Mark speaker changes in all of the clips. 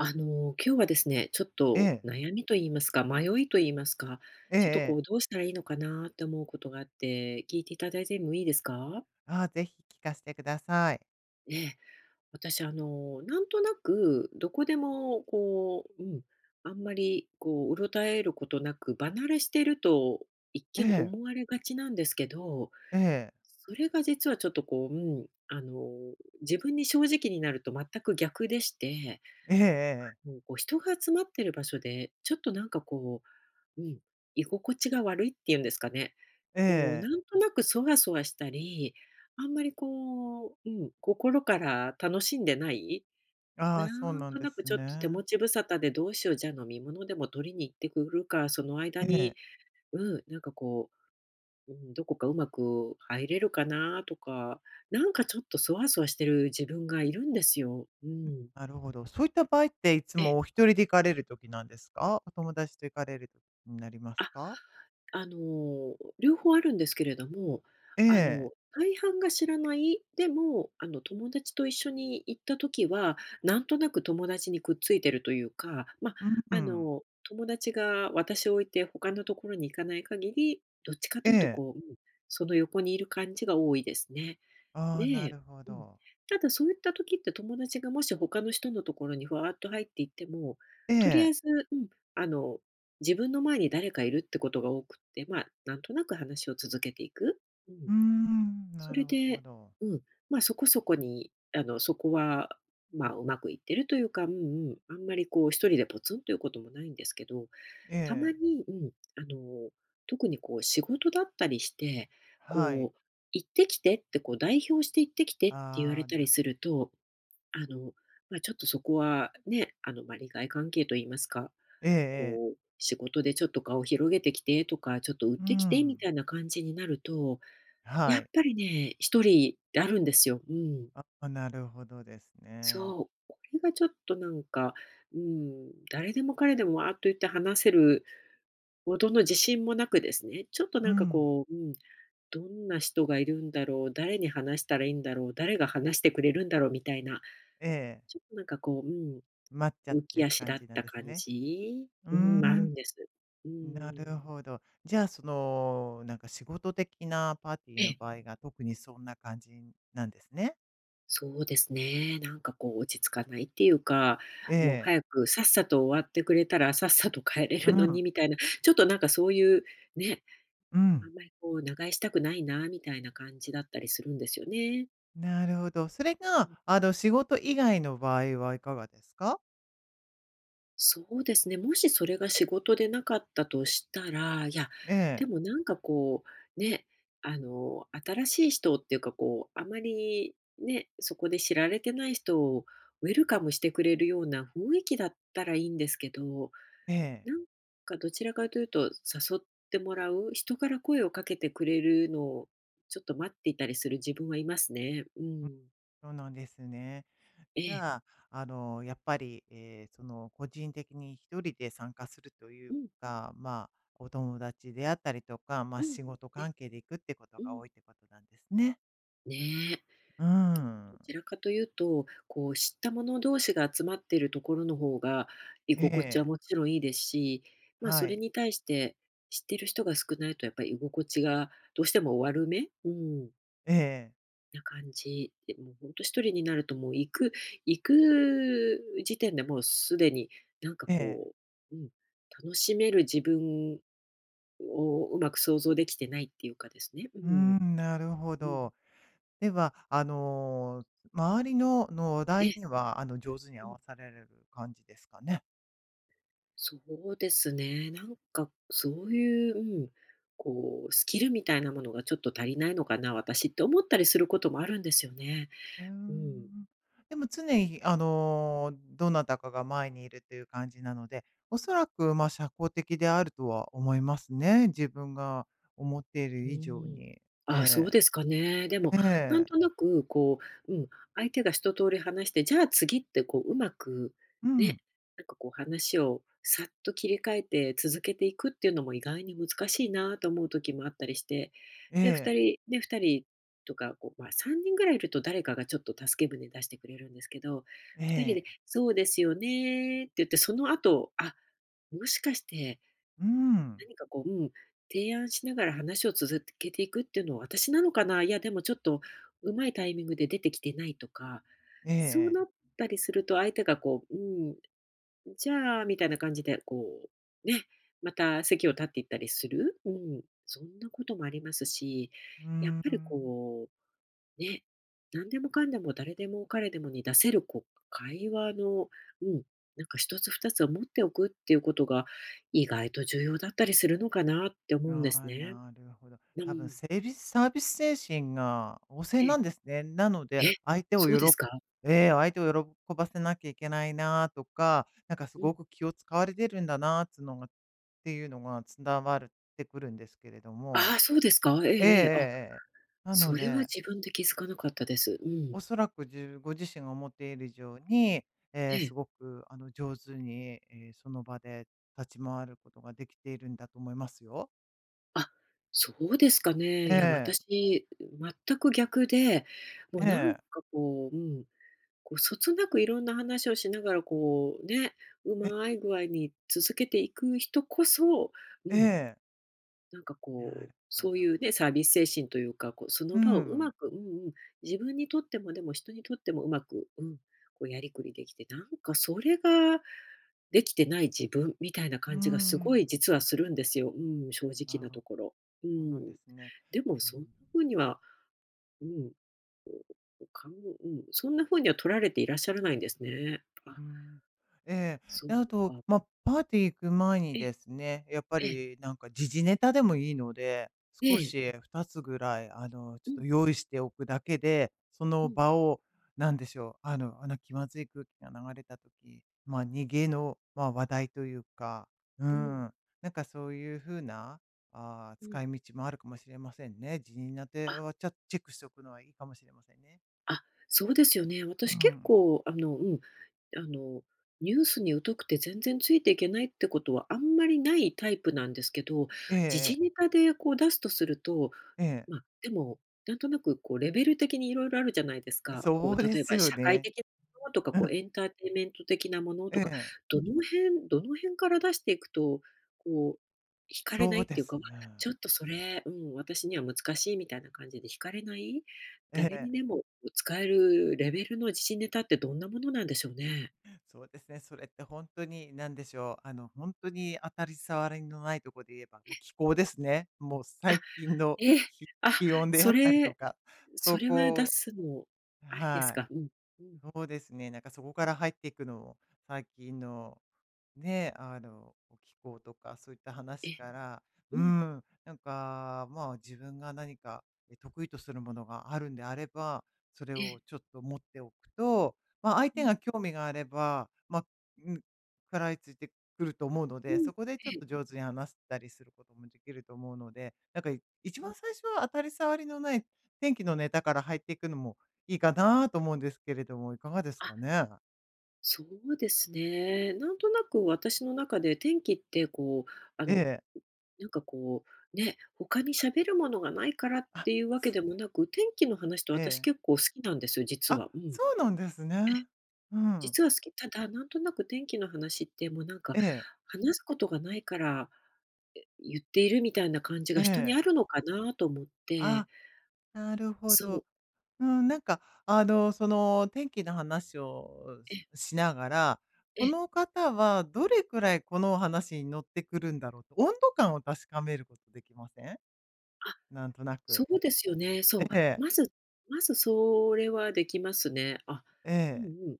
Speaker 1: 今日はですね、ちょっ
Speaker 2: え
Speaker 1: と
Speaker 2: え、
Speaker 1: 悩みと言いますか、迷いと言いますか、
Speaker 2: ええ
Speaker 1: ちょっとこ
Speaker 2: ええ。
Speaker 1: う、どうしたらいいのかなって思うことがあって、聞いていただいてもいいですか？
Speaker 2: ああ、ぜひ聞かせてください。
Speaker 1: ええ、私なんとなくどこでもこう、あんまりこう、うろたえることなく離れしてると一
Speaker 2: え
Speaker 1: 見
Speaker 2: え、
Speaker 1: 思われがちなんですけど、
Speaker 2: ええ、
Speaker 1: それが実はちょっとこう、自分に正直になると全く逆でして、
Speaker 2: ええええ、
Speaker 1: もうこう、人が集まってる場所で、ちょっとなんかこううん、居心地が悪いっていうんですかね。こう、
Speaker 2: え
Speaker 1: な
Speaker 2: え。
Speaker 1: んとなくそわそわしたり、あんまりこう、心から楽しんでない、
Speaker 2: あ
Speaker 1: な
Speaker 2: あ、そう
Speaker 1: ん
Speaker 2: なん
Speaker 1: と
Speaker 2: で
Speaker 1: なく
Speaker 2: す
Speaker 1: ちょっと手
Speaker 2: ね。
Speaker 1: 持ち無沙汰でどうしよう、じゃあ飲み物でも取りに行ってくるか、その間
Speaker 2: え
Speaker 1: に、
Speaker 2: え、
Speaker 1: うん、なんかこう、うん、どこかうまく入れるかなとか、なんかちょっとそわそわしてる自分がいるんですよ。うん。
Speaker 2: なるほど。そういった場合って、いつ
Speaker 1: ええ。
Speaker 2: もお一人で行かれる時なんですか？お友達と行かれる時になります
Speaker 1: あ、
Speaker 2: か？
Speaker 1: 両方あるんですけれども、
Speaker 2: ええ、
Speaker 1: 大半が知らない、でも、友達と一緒に行った時は、なんとなく友達にくっついてるというか、
Speaker 2: うん、
Speaker 1: 友達が私を置いて他のところに行かない限り、どっちか
Speaker 2: え
Speaker 1: というと
Speaker 2: え。
Speaker 1: こう、その横にいる感じが多いですね。
Speaker 2: ああ、な
Speaker 1: で、
Speaker 2: るほ
Speaker 1: うん。
Speaker 2: ど。
Speaker 1: ただそういった時って友達がもし他の人のところにふわっと入っていっても、
Speaker 2: え
Speaker 1: とりあ
Speaker 2: え、
Speaker 1: えず、うん、あの、自分の前に誰かいるってことが多くって、まあ、なんとなく話を続けていく。うん。
Speaker 2: うーん、
Speaker 1: そ
Speaker 2: なる
Speaker 1: れ
Speaker 2: ほ
Speaker 1: で、
Speaker 2: ど。
Speaker 1: うん、まあ、そこそこに、そこは、まあ、うまくいってるというか、うん、あんまりこう、一人でポツンということもないんですけど、
Speaker 2: え
Speaker 1: たま
Speaker 2: え、
Speaker 1: に、あの、特にこう仕事だったりして、
Speaker 2: はい。
Speaker 1: こう「行ってきて」って、こう代表して「行ってきて」って言わ
Speaker 2: あ
Speaker 1: れ
Speaker 2: あ、
Speaker 1: たり
Speaker 2: な
Speaker 1: すると、あの、まあ、ちょっとそこはね、まあ、利害関係と言いますか、
Speaker 2: ええ。
Speaker 1: こう「仕事でちょっと顔を広げてきて」とか「ちょっと売っ
Speaker 2: う
Speaker 1: てきて」み
Speaker 2: ん、
Speaker 1: たいな感じになると、や
Speaker 2: は
Speaker 1: っ
Speaker 2: い。
Speaker 1: ぱりね、一人あるんですよ。うん。
Speaker 2: ああ、なるほどですね。
Speaker 1: そう、これがちょっとなんか、うん、誰でも彼でもわーっと言って話せるほどの自信もなくですね、ちょっと
Speaker 2: う
Speaker 1: なんか
Speaker 2: ん、
Speaker 1: こう、どんな人がいるんだろう、誰に話したらいいんだろう、誰が話してくれるんだろうみたいな、
Speaker 2: ええ、
Speaker 1: ちょっとなんかこう、
Speaker 2: 待っちゃっ
Speaker 1: ん、浮き
Speaker 2: てる
Speaker 1: 足
Speaker 2: 感
Speaker 1: だっ
Speaker 2: じなん
Speaker 1: た
Speaker 2: です
Speaker 1: 感
Speaker 2: ね。
Speaker 1: じ、
Speaker 2: うー
Speaker 1: うん、ある
Speaker 2: ん、
Speaker 1: んです。う
Speaker 2: なる
Speaker 1: ん。
Speaker 2: ほど。じゃあ、なんか仕事的なパーティー
Speaker 1: え
Speaker 2: の
Speaker 1: え、
Speaker 2: 場合が特にそんな感じなんですね。
Speaker 1: そうですね。なんかこう落ち着かないっていうか、
Speaker 2: え
Speaker 1: もう
Speaker 2: え、
Speaker 1: 早くさっさと終わってくれたらさっさと帰れ
Speaker 2: う
Speaker 1: るのに
Speaker 2: ん、
Speaker 1: みたいな、ちょっとなんかそういうね、
Speaker 2: う
Speaker 1: あ
Speaker 2: ん。
Speaker 1: んまりこう長居したくないなみたいな感じだったりするんですよね。
Speaker 2: なるほど。それが、仕事以外の場合はいかがですか？
Speaker 1: そうですね、もしそれが仕事でなかったとしたら、いや、
Speaker 2: え
Speaker 1: で
Speaker 2: え、
Speaker 1: もなんかこう、ね、新しい人っていうかこう、あまりね、そこで知られてない人をウェルカムしてくれるような雰囲気だったらいいんですけど、
Speaker 2: ええ、
Speaker 1: なんかどちらかというと誘ってもらう、人から声をかけてくれるのをちょっと待っていたりする自分はいますね。う
Speaker 2: うん、
Speaker 1: ん。
Speaker 2: そうなんですね。
Speaker 1: え
Speaker 2: じ
Speaker 1: え。
Speaker 2: ゃあ、やっぱり、個人的に一人で参加するとい
Speaker 1: う
Speaker 2: う
Speaker 1: ん、
Speaker 2: か、まあ、お友達であったりとか、ま
Speaker 1: う
Speaker 2: あ、
Speaker 1: ん。
Speaker 2: 仕事
Speaker 1: ね、
Speaker 2: 関係で行くってこと
Speaker 1: う
Speaker 2: が
Speaker 1: ん。
Speaker 2: 多いってことなんですね。
Speaker 1: ねえ。
Speaker 2: う
Speaker 1: うん、ど
Speaker 2: ん。
Speaker 1: ちらかというと、こう知った者同士が集まっているところの方が居心地は
Speaker 2: ええ
Speaker 1: もちろんいいですし、まあ、
Speaker 2: は
Speaker 1: それ
Speaker 2: い。
Speaker 1: に対して知ってる人が少ないとやっぱり居心地がどうしても悪め、
Speaker 2: ええ
Speaker 1: な感じで、もう本当一人になるともう行く時点でもうすでになんか
Speaker 2: ええ
Speaker 1: こう、楽しめる自分をうまく想像できてないっていうかですね。う
Speaker 2: うー
Speaker 1: ん、
Speaker 2: ん、なるほ
Speaker 1: うん、
Speaker 2: ど。では、周りの、の話
Speaker 1: え
Speaker 2: 題には、上手に合わされる感じですかね。
Speaker 1: そうですね。なんかそういう、こうスキルみたいなものがちょっと足りないのかな、私って思ったりすることもあるんですよね。
Speaker 2: うー
Speaker 1: うん。
Speaker 2: ん。でも常に、どなたかが前にいるという感じなので、おそらく、まあ、社交的であるとは思いますね。自分が思ってい
Speaker 1: う
Speaker 2: る以上
Speaker 1: ん。
Speaker 2: に。
Speaker 1: あ、そう
Speaker 2: え
Speaker 1: ですかね。で
Speaker 2: え、
Speaker 1: も、
Speaker 2: え
Speaker 1: なん
Speaker 2: え、
Speaker 1: となくこう、相手が一通り話して、じゃあ次ってこう、うまく
Speaker 2: う
Speaker 1: ね、
Speaker 2: ん、
Speaker 1: なんかこう話をさっと切り替えて続けていくっていうのも意外に難しいなと思う時もあったりして、
Speaker 2: え
Speaker 1: で、2
Speaker 2: え、
Speaker 1: 人ね、2人とか、こう、まあ、3人ぐらいいると誰かがちょっと助け舟出してくれるんですけど、
Speaker 2: え
Speaker 1: 2人で
Speaker 2: え、
Speaker 1: 「そうですよね」って言って、その後、あ、もしかして
Speaker 2: うん、
Speaker 1: 何かこう、提案しながら話を続けていくっていうのは私なのかな、いやでもちょっとうまいタイミングで出てきてないとか、
Speaker 2: え
Speaker 1: そう
Speaker 2: え、
Speaker 1: なったりすると相手がこう、じゃあみたいな感じでこう、ね、また席を立っていったりする、そんなこともありますし、
Speaker 2: うー
Speaker 1: やっぱり
Speaker 2: ん。
Speaker 1: こうね、何でもかんでも誰でも彼でもに出せるこう会話の、うん、なんか一つ二つを持っておくっていうことが意外と重要だったりするのかなって思うんで
Speaker 2: あ
Speaker 1: す
Speaker 2: あ、
Speaker 1: ね。
Speaker 2: なるほど。
Speaker 1: う
Speaker 2: 多分
Speaker 1: ん。
Speaker 2: セービスサービス精神が旺盛
Speaker 1: え
Speaker 2: な
Speaker 1: え。
Speaker 2: んですね。なので、
Speaker 1: え、
Speaker 2: 相手を
Speaker 1: そ
Speaker 2: 喜
Speaker 1: うです
Speaker 2: ぶ
Speaker 1: か？
Speaker 2: えー相手を喜ばせなきゃいけないなとか、なんかす
Speaker 1: う
Speaker 2: ご
Speaker 1: ん。
Speaker 2: く気を使われてるんだなつのがっていうのが伝わってくるんですけれど
Speaker 1: あ
Speaker 2: も。
Speaker 1: あ、そうですか？え
Speaker 2: ええ
Speaker 1: え
Speaker 2: ええ
Speaker 1: ええ。あ、
Speaker 2: ええ。なの
Speaker 1: それは
Speaker 2: で、
Speaker 1: 自分で気づかなかったです。うん。
Speaker 2: おそらくじご自身が思っている以上に、え
Speaker 1: え
Speaker 2: ー
Speaker 1: え。
Speaker 2: すごくあの上手に、えーその場で立ち回ることができているんだと思いますよ。
Speaker 1: あ、そうですかね。
Speaker 2: え
Speaker 1: いや、
Speaker 2: え、
Speaker 1: 私、全く逆で、もう
Speaker 2: え
Speaker 1: なん
Speaker 2: え、
Speaker 1: かこう、こう、そつなくいろんな話をしながら、こう、ね、う
Speaker 2: え
Speaker 1: まい具合に続けていく人こそ、う
Speaker 2: え
Speaker 1: ん、
Speaker 2: え。
Speaker 1: なんかこ
Speaker 2: な
Speaker 1: う、
Speaker 2: るほ
Speaker 1: そうい
Speaker 2: ど。
Speaker 1: うね、サービス精神というか、こう、そ
Speaker 2: う
Speaker 1: の場をうま
Speaker 2: ん。
Speaker 1: く、自分にとっても、でも人にとってもうまく、こうやりくりできて、なんかそれができてない自分みたいな
Speaker 2: うー
Speaker 1: 感じがすごい
Speaker 2: ん。
Speaker 1: 実はするんですよ。うん、正直
Speaker 2: あ
Speaker 1: なと
Speaker 2: あ、
Speaker 1: ころ。う
Speaker 2: そうな
Speaker 1: ん。
Speaker 2: んですね。
Speaker 1: でも
Speaker 2: うん。
Speaker 1: そんな風には、うん、かんうん、そんな風には取られていらっしゃらないんですね。あ、
Speaker 2: うん。ええ。
Speaker 1: そう
Speaker 2: で、あ
Speaker 1: か、
Speaker 2: と、
Speaker 1: うん。
Speaker 2: まあ、パーティー行く前に
Speaker 1: ええ、
Speaker 2: ですね、やっぱ
Speaker 1: ええ、
Speaker 2: りなんか時事ネタでもいいので、少し2つぐらい、ち
Speaker 1: う
Speaker 2: ょっ
Speaker 1: ん、
Speaker 2: と用意しておくだけで、そ
Speaker 1: う
Speaker 2: の
Speaker 1: ん、
Speaker 2: 場を、なんでしょう、あの、気まずい空気が流れた時、まあ、逃げの、まあ、話題というか、うん、
Speaker 1: うん、
Speaker 2: なんかそういう風な、あー
Speaker 1: うん。
Speaker 2: 使い道もあるかもしれませんね。時事ネタ
Speaker 1: あ、
Speaker 2: はちょっとチェックしておくのはいいかもしれませんね。
Speaker 1: あ、そうですよね。
Speaker 2: う
Speaker 1: 私結
Speaker 2: ん。
Speaker 1: 構あの、ニュースに疎くて全然ついていけないってことはあんまりないタイプなんですけど、
Speaker 2: ええ
Speaker 1: 時
Speaker 2: ええ。
Speaker 1: 事ネタでこう出すとすると、
Speaker 2: ええ。
Speaker 1: まあ、でも、なんとなくこうレベル的にいろいろあるじゃないですか。こ
Speaker 2: そう
Speaker 1: う
Speaker 2: で
Speaker 1: 例え
Speaker 2: す
Speaker 1: ば
Speaker 2: よ
Speaker 1: 社会
Speaker 2: ね。
Speaker 1: 的なものとか、
Speaker 2: う
Speaker 1: こう
Speaker 2: ん、
Speaker 1: エンターテインメント的なもの
Speaker 2: え
Speaker 1: とか、
Speaker 2: え、
Speaker 1: どの辺どの辺から出していくと、こう惹かれな
Speaker 2: そ
Speaker 1: い
Speaker 2: う
Speaker 1: っ
Speaker 2: で
Speaker 1: ていうか、
Speaker 2: す
Speaker 1: まあ、
Speaker 2: ね。
Speaker 1: ちょっとそれ、私には難しいみたいな感じで惹かれない、
Speaker 2: え
Speaker 1: 誰に
Speaker 2: え、
Speaker 1: でも使えるレベルの時事ネタってどんなものなんでしょうね？
Speaker 2: そうですね。それって本当に何でしょう、本当に当たり障りのないところで言えば、もう気候ですね。もう
Speaker 1: あ、
Speaker 2: 最近の
Speaker 1: え
Speaker 2: 気
Speaker 1: あ、
Speaker 2: 気温であ
Speaker 1: そ
Speaker 2: ったりと
Speaker 1: れ
Speaker 2: か、
Speaker 1: そ
Speaker 2: そ
Speaker 1: れは
Speaker 2: こ
Speaker 1: 出
Speaker 2: を
Speaker 1: すのありです
Speaker 2: はい。
Speaker 1: か？うん、うん、
Speaker 2: そうですね、なんかそこか
Speaker 1: うん、
Speaker 2: ら入っていくのも、最近のね、気候とかそういった
Speaker 1: え、
Speaker 2: 話から、
Speaker 1: う
Speaker 2: う
Speaker 1: ん、
Speaker 2: ん、なんか、まあ自分が何かえ得意とするものがあるんであれば、それ
Speaker 1: え、
Speaker 2: をちょっと持っておくと、まあ相
Speaker 1: う
Speaker 2: 手
Speaker 1: ん。
Speaker 2: が興味があれば、まあ、うん、食らいついてくると思うの
Speaker 1: う
Speaker 2: で、
Speaker 1: ん。
Speaker 2: そこでちょっ
Speaker 1: ええ。
Speaker 2: と上手に話したりすることもできると思うので、なんかい一
Speaker 1: う
Speaker 2: 番
Speaker 1: ん。
Speaker 2: 最初は当たり障りのない天気のネタから入っていくのもいいかなと思うんですけれども、いかがです
Speaker 1: あ、
Speaker 2: かね？
Speaker 1: そうですね。なんとなく私の中で天気ってこう、あ
Speaker 2: え
Speaker 1: の、
Speaker 2: え。
Speaker 1: なんかこう、ね、他に喋るものがないからっ
Speaker 2: あ、
Speaker 1: ていうわけ
Speaker 2: す
Speaker 1: でもなく、天気の話って
Speaker 2: え
Speaker 1: 私
Speaker 2: え。
Speaker 1: 結構好きなんですよ、実
Speaker 2: あ、
Speaker 1: は。うん。
Speaker 2: そうなんですね。うん。
Speaker 1: 実は好き。ただ、なんとなく天気の話ってもうなんか、
Speaker 2: ええ、
Speaker 1: 話すことがないから、言っているみたいな感じ
Speaker 2: え
Speaker 1: が人にある
Speaker 2: え。
Speaker 1: のかなと思って。
Speaker 2: あ、なるほ
Speaker 1: そ
Speaker 2: ど。
Speaker 1: う。
Speaker 2: うん、なんか、天気の話を
Speaker 1: ええ、
Speaker 2: ししながら、こ
Speaker 1: あ、
Speaker 2: の方はどれくらいこのお話に乗ってくるんだろうと、温度感を確かめることできません？なんとな
Speaker 1: そ
Speaker 2: く。
Speaker 1: うですよね。そう。
Speaker 2: ええ、
Speaker 1: まずまずそれはできますね。あ、うん
Speaker 2: え
Speaker 1: うん。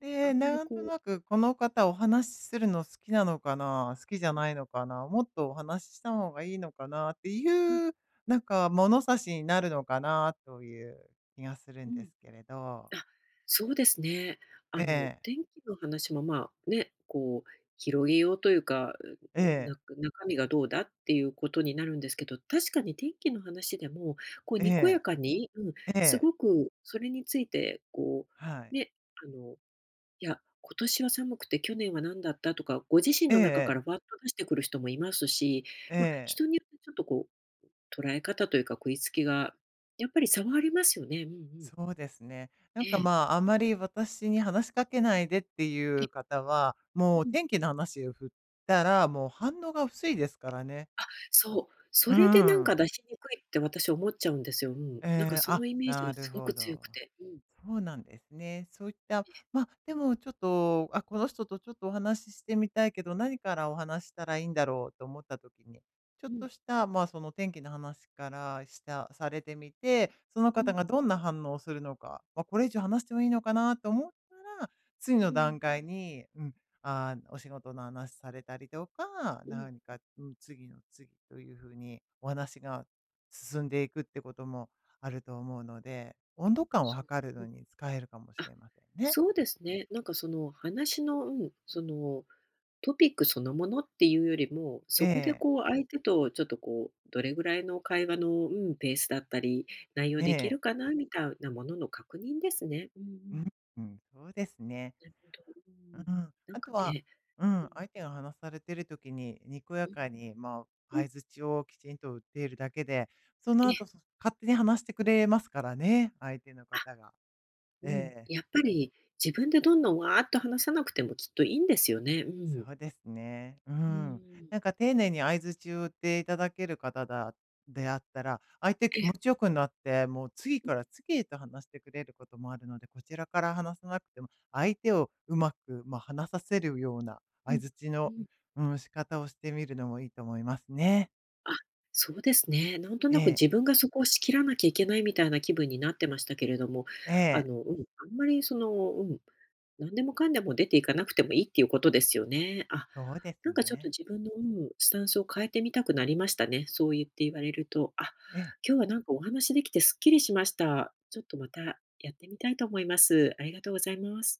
Speaker 2: え。
Speaker 1: あ
Speaker 2: で、
Speaker 1: んまり
Speaker 2: なんと
Speaker 1: こう、
Speaker 2: なくこの方お話しするの好きなのかな、好きじゃないのかな、もっとお話しした方がいいのかなって
Speaker 1: うん
Speaker 2: いう、なんか物差しになるのかなという気がするん
Speaker 1: う
Speaker 2: で
Speaker 1: ん。
Speaker 2: すけれど。
Speaker 1: あ、そうですね。
Speaker 2: ええ、
Speaker 1: 天気の話も、まあ、ね、こう広げようというか、
Speaker 2: え
Speaker 1: う
Speaker 2: え、
Speaker 1: な中身がどうだっていうことになるんですけど、確かに天気の話でも、こう
Speaker 2: え
Speaker 1: にこや
Speaker 2: え、
Speaker 1: かに、
Speaker 2: え
Speaker 1: す
Speaker 2: え、
Speaker 1: ごくそれについてこ
Speaker 2: は
Speaker 1: う、
Speaker 2: い。
Speaker 1: ね、あのいや、今年は寒くて去年は何だったとか、ご自身
Speaker 2: え
Speaker 1: の中か
Speaker 2: え、
Speaker 1: らわっと出してくる人もいますし、
Speaker 2: え
Speaker 1: まあ、
Speaker 2: え、
Speaker 1: 人によってちょっとこう、捉え方というか食いつきが、やっぱり差はありますよね。うんうん。
Speaker 2: そうですね。なん
Speaker 1: え
Speaker 2: か
Speaker 1: え、
Speaker 2: まあ、あまり私に話しかけないでってい
Speaker 1: ええ、
Speaker 2: う方は、もう
Speaker 1: うん。
Speaker 2: 天気の話を振ったら、もう反応が薄いですからね。
Speaker 1: そう、そ
Speaker 2: う
Speaker 1: れでなんか
Speaker 2: ん。
Speaker 1: 出しにくいって私思っちゃうんですよ。うん。
Speaker 2: え
Speaker 1: なんか
Speaker 2: え、
Speaker 1: そ
Speaker 2: あ、
Speaker 1: のイメージが
Speaker 2: なる
Speaker 1: すごく
Speaker 2: ほ
Speaker 1: 強く
Speaker 2: ど。
Speaker 1: て。うん、
Speaker 2: そうなんですね。そういった、まあ、でもちょっと、あ、この人とちょっとお話ししてみたいけど、何からお話したらいいんだろうと思った時に、ちょ
Speaker 1: う
Speaker 2: っ
Speaker 1: ん、
Speaker 2: とした、まあ、その天気の話からしたされてみて、その
Speaker 1: うん、
Speaker 2: 方がどんな反応をするのか、まあ、これ以上話してもいいのかなと思ったら、次の
Speaker 1: うん、
Speaker 2: 段階に、うん、あーお仕事の話されたりとか、
Speaker 1: うん。
Speaker 2: 何か、うん、次の次というふうにお話が進んでいくってこともあると思うので、温度感を
Speaker 1: そう、
Speaker 2: 測る
Speaker 1: う
Speaker 2: の
Speaker 1: ん。
Speaker 2: に使えるかもし
Speaker 1: あ、
Speaker 2: れませんね。
Speaker 1: そうですね。なんかその話の、そのトピックそのものっていうよりも、
Speaker 2: え
Speaker 1: そこで
Speaker 2: え、
Speaker 1: こう相手とちょっとこう、どれぐらいの会話の、ペースだったり、内容
Speaker 2: え
Speaker 1: できる
Speaker 2: え。
Speaker 1: かなみたいなものの確認ですね。うんう
Speaker 2: う
Speaker 1: ん。
Speaker 2: ん、うん、そうですね。
Speaker 1: なるほど。うん。
Speaker 2: うん。
Speaker 1: なん
Speaker 2: あ
Speaker 1: か
Speaker 2: とは、
Speaker 1: ね、
Speaker 2: う
Speaker 1: う
Speaker 2: ん、
Speaker 1: ん、
Speaker 2: 相手が話されてる時に、にこや
Speaker 1: うん、
Speaker 2: かに、まあ、
Speaker 1: うん、
Speaker 2: 相槌をきちんと打っているだけで、その
Speaker 1: え
Speaker 2: 後、そ勝手に話してくれますからね、相手の
Speaker 1: あ、
Speaker 2: 方が。
Speaker 1: うん、
Speaker 2: ええ。
Speaker 1: やっぱり自分でどんどんわーっと話さなくてもきっといいんですよね。うん。
Speaker 2: そうですね。う
Speaker 1: う
Speaker 2: ん。
Speaker 1: ん。
Speaker 2: なんか丁寧に相槌を打っていただける方だであったら、相手
Speaker 1: え
Speaker 2: 気
Speaker 1: え、
Speaker 2: 持ちよくなって、もう次
Speaker 1: うん
Speaker 2: から次へと話してくれることもあるので、こちらから話さなくても、相手をうまく、まあ、話させるような
Speaker 1: う
Speaker 2: 相
Speaker 1: ん。
Speaker 2: 槌
Speaker 1: う
Speaker 2: の、
Speaker 1: ん。
Speaker 2: うん、仕方をしてみるのもいいと思いますね。
Speaker 1: あ、そうですね。なんと
Speaker 2: え
Speaker 1: なく
Speaker 2: え、
Speaker 1: 自分がそこを仕切らなきゃいけないみたいな気分になってましたけれども、
Speaker 2: ええ、
Speaker 1: あんまりその、何でもかんでも出ていかなくてもいいっていうことですよね。あ、
Speaker 2: そうです
Speaker 1: なんかちょっと
Speaker 2: ね。
Speaker 1: 自分の、スタンスを変えてみたくなりましたね。そう言って言われると。あ、
Speaker 2: ええ。
Speaker 1: 今日はなんかお話できてすっきりしました。ちょっとまたやってみたいと思います。ありがとうございます。